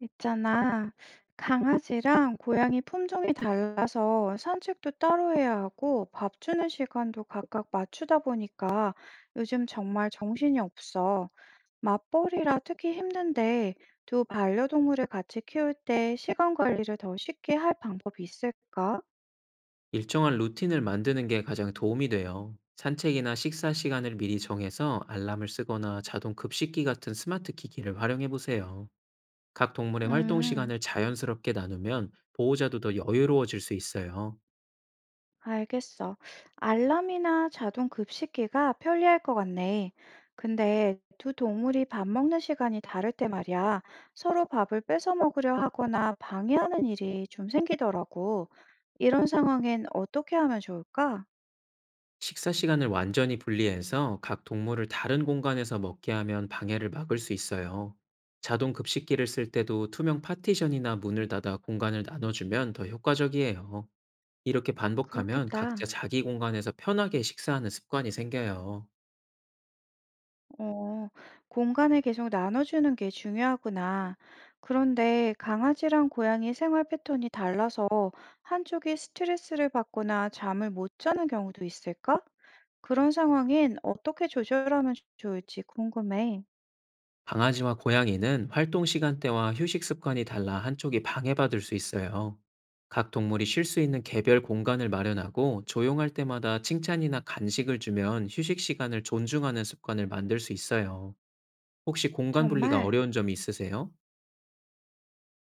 있잖아. 강아지랑 고양이 품종이 달라서 산책도 따로 해야 하고 밥 주는 시간도 각각 맞추다 보니까 요즘 정말 정신이 없어. 맞벌이라 특히 힘든데 두 반려동물을 같이 키울 때 시간 관리를 더 쉽게 할 방법이 있을까? 일정한 루틴을 만드는 게 가장 도움이 돼요. 산책이나 식사 시간을 미리 정해서 알람을 쓰거나 자동 급식기 같은 스마트 기기를 활용해 보세요. 각 동물의 활동 음. 시간을 자연스럽게 나누면 보호자도 더 여유로워질 수 있어요. 알겠어. 알람이나 자동 급식기가 편리할 것 같네. 근데 두 동물이 밥 먹는 시간이 다를 때 말이야. 서로 밥을 뺏어 먹으려 하거나 방해하는 일이 좀 생기더라고. 이런 상황엔 어떻게 하면 좋을까? 식사 시간을 완전히 분리해서 각 동물을 다른 공간에서 먹게 하면 방해를 막을 수 있어요. 자동 급식기를 쓸 때도 투명 파티션이나 문을 닫아 공간을 나눠주면 더 효과적이에요. 이렇게 반복하면 각자 그렇겠다. 자기 공간에서 편하게 식사하는 습관이 생겨요. 어, 공간을 계속 나눠주는 게 중요하구나. 그런데 강아지랑 고양이 생활 패턴이 달라서 한쪽이 스트레스를 받거나 잠을 못 자는 경우도 있을까? 그런 상황엔 어떻게 조절하면 좋을지 궁금해. 강아지와 고양이는 활동 시간대와 휴식 습관이 달라 한쪽이 방해받을 수 있어요. 각 동물이 쉴 수 있는 개별 공간을 마련하고 조용할 때마다 칭찬이나 간식을 주면 휴식 시간을 존중하는 습관을 만들 수 있어요. 혹시 공간 분리가 정말? 어려운 점이 있으세요?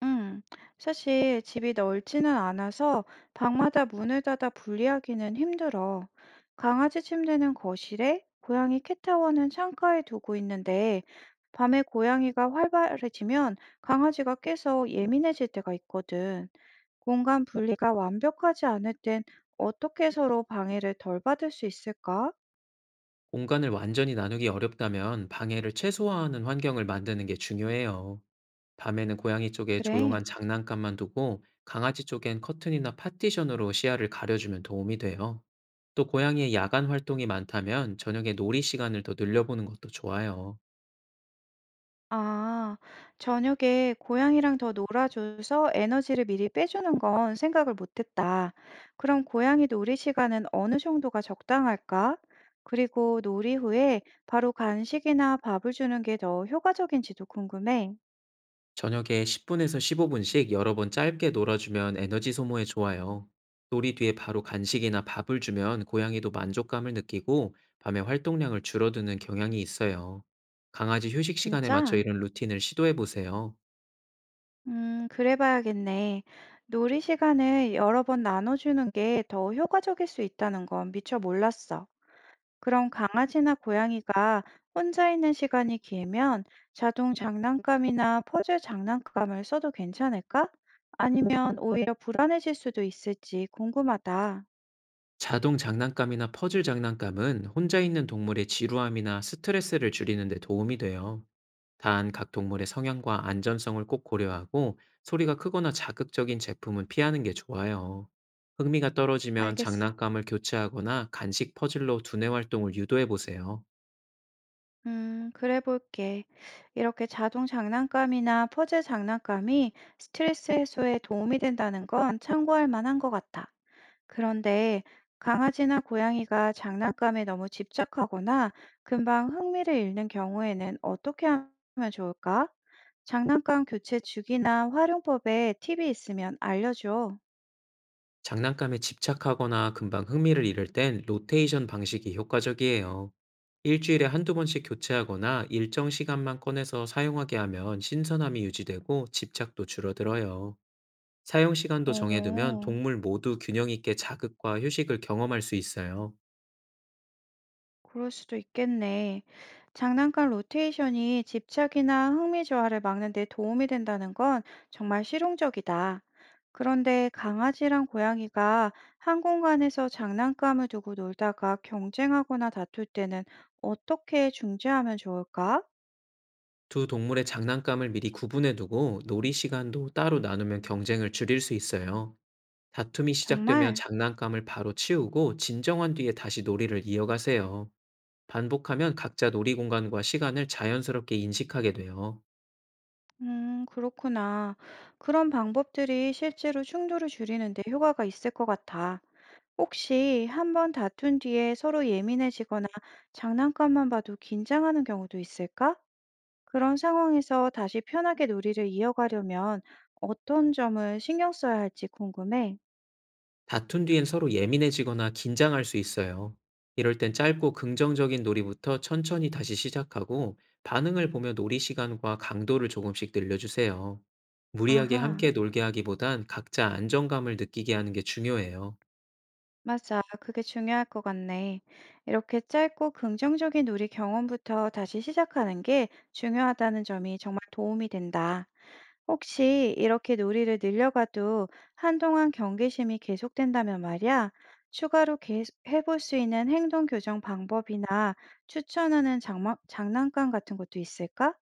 응. 사실 집이 넓지는 않아서 방마다 문을 닫아 분리하기는 힘들어. 강아지 침대는 거실에, 고양이 캣타워는 창가에 두고 있는데, 밤에 고양이가 활발해지면 강아지가 깨서 예민해질 때가 있거든. 공간 분리가 완벽하지 않을 땐 어떻게 서로 방해를 덜 받을 수 있을까? 공간을 완전히 나누기 어렵다면 방해를 최소화하는 환경을 만드는 게 중요해요. 밤에는 고양이 쪽에 그래. 조용한 장난감만 두고 강아지 쪽엔 커튼이나 파티션으로 시야를 가려주면 도움이 돼요. 또 고양이의 야간 활동이 많다면 저녁에 놀이 시간을 더 늘려보는 것도 좋아요. 아, 저녁에 고양이랑 더 놀아줘서 에너지를 미리 빼주는 건 생각을 못했다. 그럼 고양이 놀이 시간은 어느 정도가 적당할까? 그리고 놀이 후에 바로 간식이나 밥을 주는 게 더 효과적인지도 궁금해. 저녁에 10분에서 15분씩 여러 번 짧게 놀아주면 에너지 소모에 좋아요. 놀이 뒤에 바로 간식이나 밥을 주면 고양이도 만족감을 느끼고 밤에 활동량을 줄어드는 경향이 있어요. 강아지 휴식 시간에 맞춰 진짜? 이런 루틴을 시도해 보세요. 그래 봐야겠네. 놀이 시간을 여러 번 나눠주는 게 더 효과적일 수 있다는 건 미처 몰랐어. 그럼 강아지나 고양이가 혼자 있는 시간이 길면 자동 장난감이나 퍼즐 장난감을 써도 괜찮을까? 아니면 오히려 불안해질 수도 있을지 궁금하다. 자동 장난감이나 퍼즐 장난감은 혼자 있는 동물의 지루함이나 스트레스를 줄이는 데 도움이 돼요. 단, 각 동물의 성향과 안전성을 꼭 고려하고, 소리가 크거나 자극적인 제품은 피하는 게 좋아요. 흥미가 떨어지면 알겠어. 장난감을 교체하거나 간식 퍼즐로 두뇌 활동을 유도해 보세요. 그래 볼게. 이렇게 자동 장난감이나 퍼즐 장난감이 스트레스 해소에 도움이 된다는 건 참고할 만한 것 같아. 그런데 강아지나 고양이가 장난감에 너무 집착하거나 금방 흥미를 잃는 경우에는 어떻게 하면 좋을까? 장난감 교체 주기나 활용법에 팁이 있으면 알려줘. 장난감에 집착하거나 금방 흥미를 잃을 땐 로테이션 방식이 효과적이에요. 일주일에 한두 번씩 교체하거나 일정 시간만 꺼내서 사용하게 하면 신선함이 유지되고 집착도 줄어들어요. 사용 시간도 정해두면 어. 동물 모두 균형 있게 자극과 휴식을 경험할 수 있어요. 그럴 수도 있겠네. 장난감 로테이션이 집착이나 흥미 저하를 막는 데 도움이 된다는 건 정말 실용적이다. 그런데 강아지랑 고양이가 한 공간에서 장난감을 두고 놀다가 경쟁하거나 다툴 때는 어떻게 중재하면 좋을까? 두 동물의 장난감을 미리 구분해두고 놀이 시간도 따로 나누면 경쟁을 줄일 수 있어요. 다툼이 시작되면 정말? 장난감을 바로 치우고 진정한 뒤에 다시 놀이를 이어가세요. 반복하면 각자 놀이 공간과 시간을 자연스럽게 인식하게 돼요. 그렇구나. 그런 방법들이 실제로 충돌을 줄이는 데 효과가 있을 것 같아. 혹시 한번 다툰 뒤에 서로 예민해지거나 장난감만 봐도 긴장하는 경우도 있을까? 그런 상황에서 다시 편하게 놀이를 이어가려면 어떤 점을 신경 써야 할지 궁금해. 다툰 뒤엔 서로 예민해지거나 긴장할 수 있어요. 이럴 땐 짧고 긍정적인 놀이부터 천천히 다시 시작하고, 반응을 보며 놀이 시간과 강도를 조금씩 늘려주세요. 무리하게 아하, 함께 놀게 하기보단 각자 안정감을 느끼게 하는 게 중요해요. 맞아. 그게 중요할 것 같네. 이렇게 짧고 긍정적인 놀이 경험부터 다시 시작하는 게 중요하다는 점이 정말 도움이 된다. 혹시 이렇게 놀이를 늘려가도 한동안 경계심이 계속된다면 말이야, 추가로 계 해볼 수 있는 행동 교정 방법이나 추천하는 장난감 같은 것도 있을까?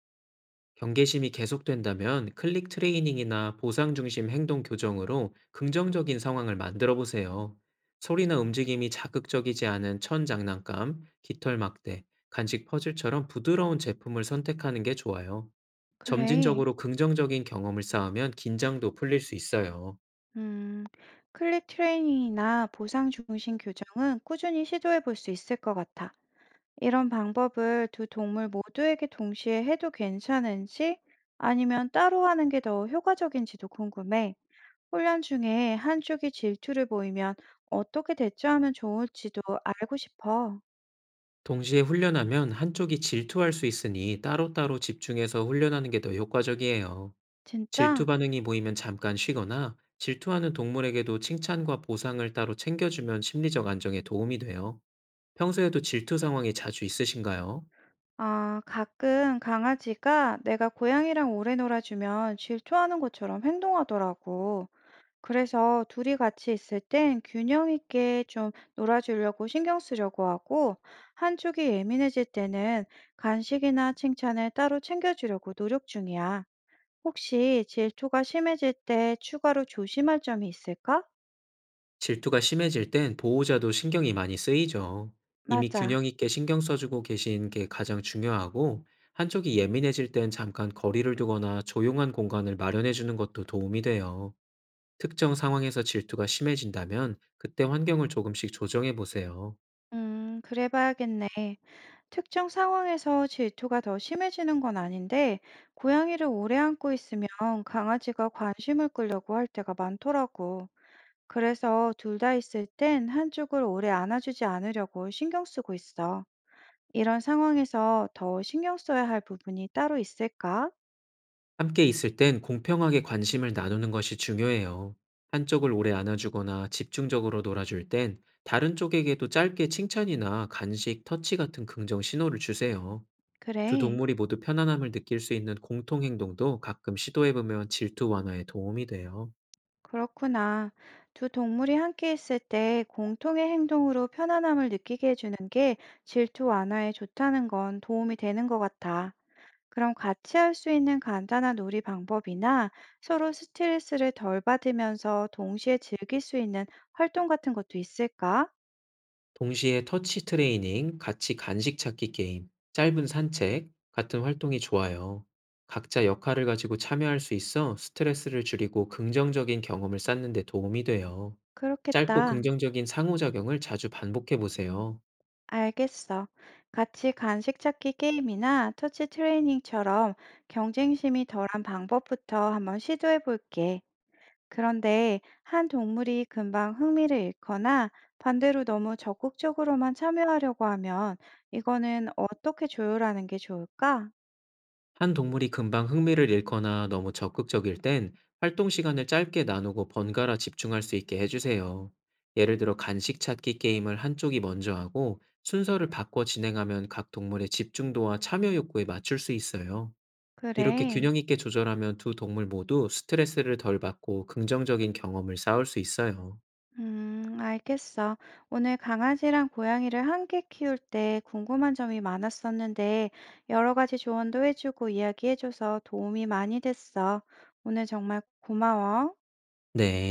경계심이 계속된다면 클릭 트레이닝이나 보상 중심 행동 교정으로 긍정적인 상황을 만들어 보세요. 소리나 움직임이 자극적이지 않은 천 장난감, 깃털 막대, 간식 퍼즐처럼 부드러운 제품을 선택하는 게 좋아요. 그래. 점진적으로 긍정적인 경험을 쌓으면 긴장도 풀릴 수 있어요. 음, 클릭 트레이닝이나 보상 중심 교정은 꾸준히 시도해 볼 수 있을 것 같아. 이런 방법을 두 동물 모두에게 동시에 해도 괜찮은지 아니면 따로 하는 게 더 효과적인지도 궁금해. 혼란 중에 한쪽이 질투를 보이면 어떻게 대처하면 좋을지도 알고 싶어. 동시에 훈련하면 한쪽이 질투할 수 있으니 따로따로 집중해서 훈련하는 게 더 효과적이에요. 질투 진짜? 반응이 보이면 잠깐 쉬거나 질투하는 동물에게도 칭찬과 보상을 따로 챙겨주면 심리적 안정에 도움이 돼요. 평소에도 질투 상황이 자주 있으신가요? 아, 가끔 강아지가 내가 고양이랑 오래 놀아주면 질투하는 것처럼 행동하더라고. 그래서 둘이 같이 있을 땐 균형 있게 좀 놀아주려고 신경 쓰려고 하고, 한쪽이 예민해질 때는 간식이나 칭찬을 따로 챙겨주려고 노력 중이야. 혹시 질투가 심해질 때 추가로 조심할 점이 있을까? 질투가 심해질 땐 보호자도 신경이 많이 쓰이죠. 이미 맞아. 균형 있게 신경 써주고 계신 게 가장 중요하고, 한쪽이 예민해질 땐 잠깐 거리를 두거나 조용한 공간을 마련해 주는 것도 도움이 돼요. 특정 상황에서 질투가 심해진다면 그때 환경을 조금씩 조정해 보세요. 그래 봐야겠네. 특정 상황에서 질투가 더 심해지는 건 아닌데, 고양이를 오래 안고 있으면 강아지가 관심을 끌려고 할 때가 많더라고. 그래서 둘 다 있을 땐 한쪽을 오래 안아주지 않으려고 신경 쓰고 있어. 이런 상황에서 더 신경 써야 할 부분이 따로 있을까? 함께 있을 땐 공평하게 관심을 나누는 것이 중요해요. 한쪽을 오래 안아주거나 집중적으로 놀아줄 땐 다른 쪽에게도 짧게 칭찬이나 간식, 터치 같은 긍정 신호를 주세요. 두 그래. 동물이 모두 편안함을 느낄 수 있는 공통 행동도 가끔 시도해보면 질투 완화에 도움이 돼요. 그렇구나. 두 동물이 함께 있을 때 공통의 행동으로 편안함을 느끼게 해주는 게 질투 완화에 좋다는 건 도움이 되는 것 같아. 그럼 같이 할 수 있는 간단한 놀이 방법이나 서로 스트레스를 덜 받으면서 동시에 즐길 수 있는 활동 같은 것도 있을까? 동시에 터치 트레이닝, 같이 간식 찾기 게임, 짧은 산책 같은 활동이 좋아요. 각자 역할을 가지고 참여할 수 있어 스트레스를 줄이고 긍정적인 경험을 쌓는 데 도움이 돼요. 짧고 그렇겠다. 긍정적인 상호작용을 자주 반복해 보세요. 알겠어. 같이 간식 찾기 게임이나 터치 트레이닝처럼 경쟁심이 덜한 방법부터 한번 시도해 볼게. 그런데 한 동물이 금방 흥미를 잃거나 반대로 너무 적극적으로만 참여하려고 하면 이거는 어떻게 조율하는 게 좋을까? 한 동물이 금방 흥미를 잃거나 너무 적극적일 땐 활동 시간을 짧게 나누고 번갈아 집중할 수 있게 해주세요. 예를 들어 간식 찾기 게임을 한쪽이 먼저 하고 순서를 바꿔 진행하면 각 동물의 집중도와 참여 욕구에 맞출 수 있어요. 이렇게 그래. 균형 있게 조절하면 두 동물 모두 스트레스를 덜 받고 긍정적인 경험을 쌓을 수 있어요. 알겠어. 오늘 강아지랑 고양이를 함께 키울 때 궁금한 점이 많았었는데 여러 가지 조언도 해주고 이야기해줘서 도움이 많이 됐어. 오늘 정말 고마워. 네.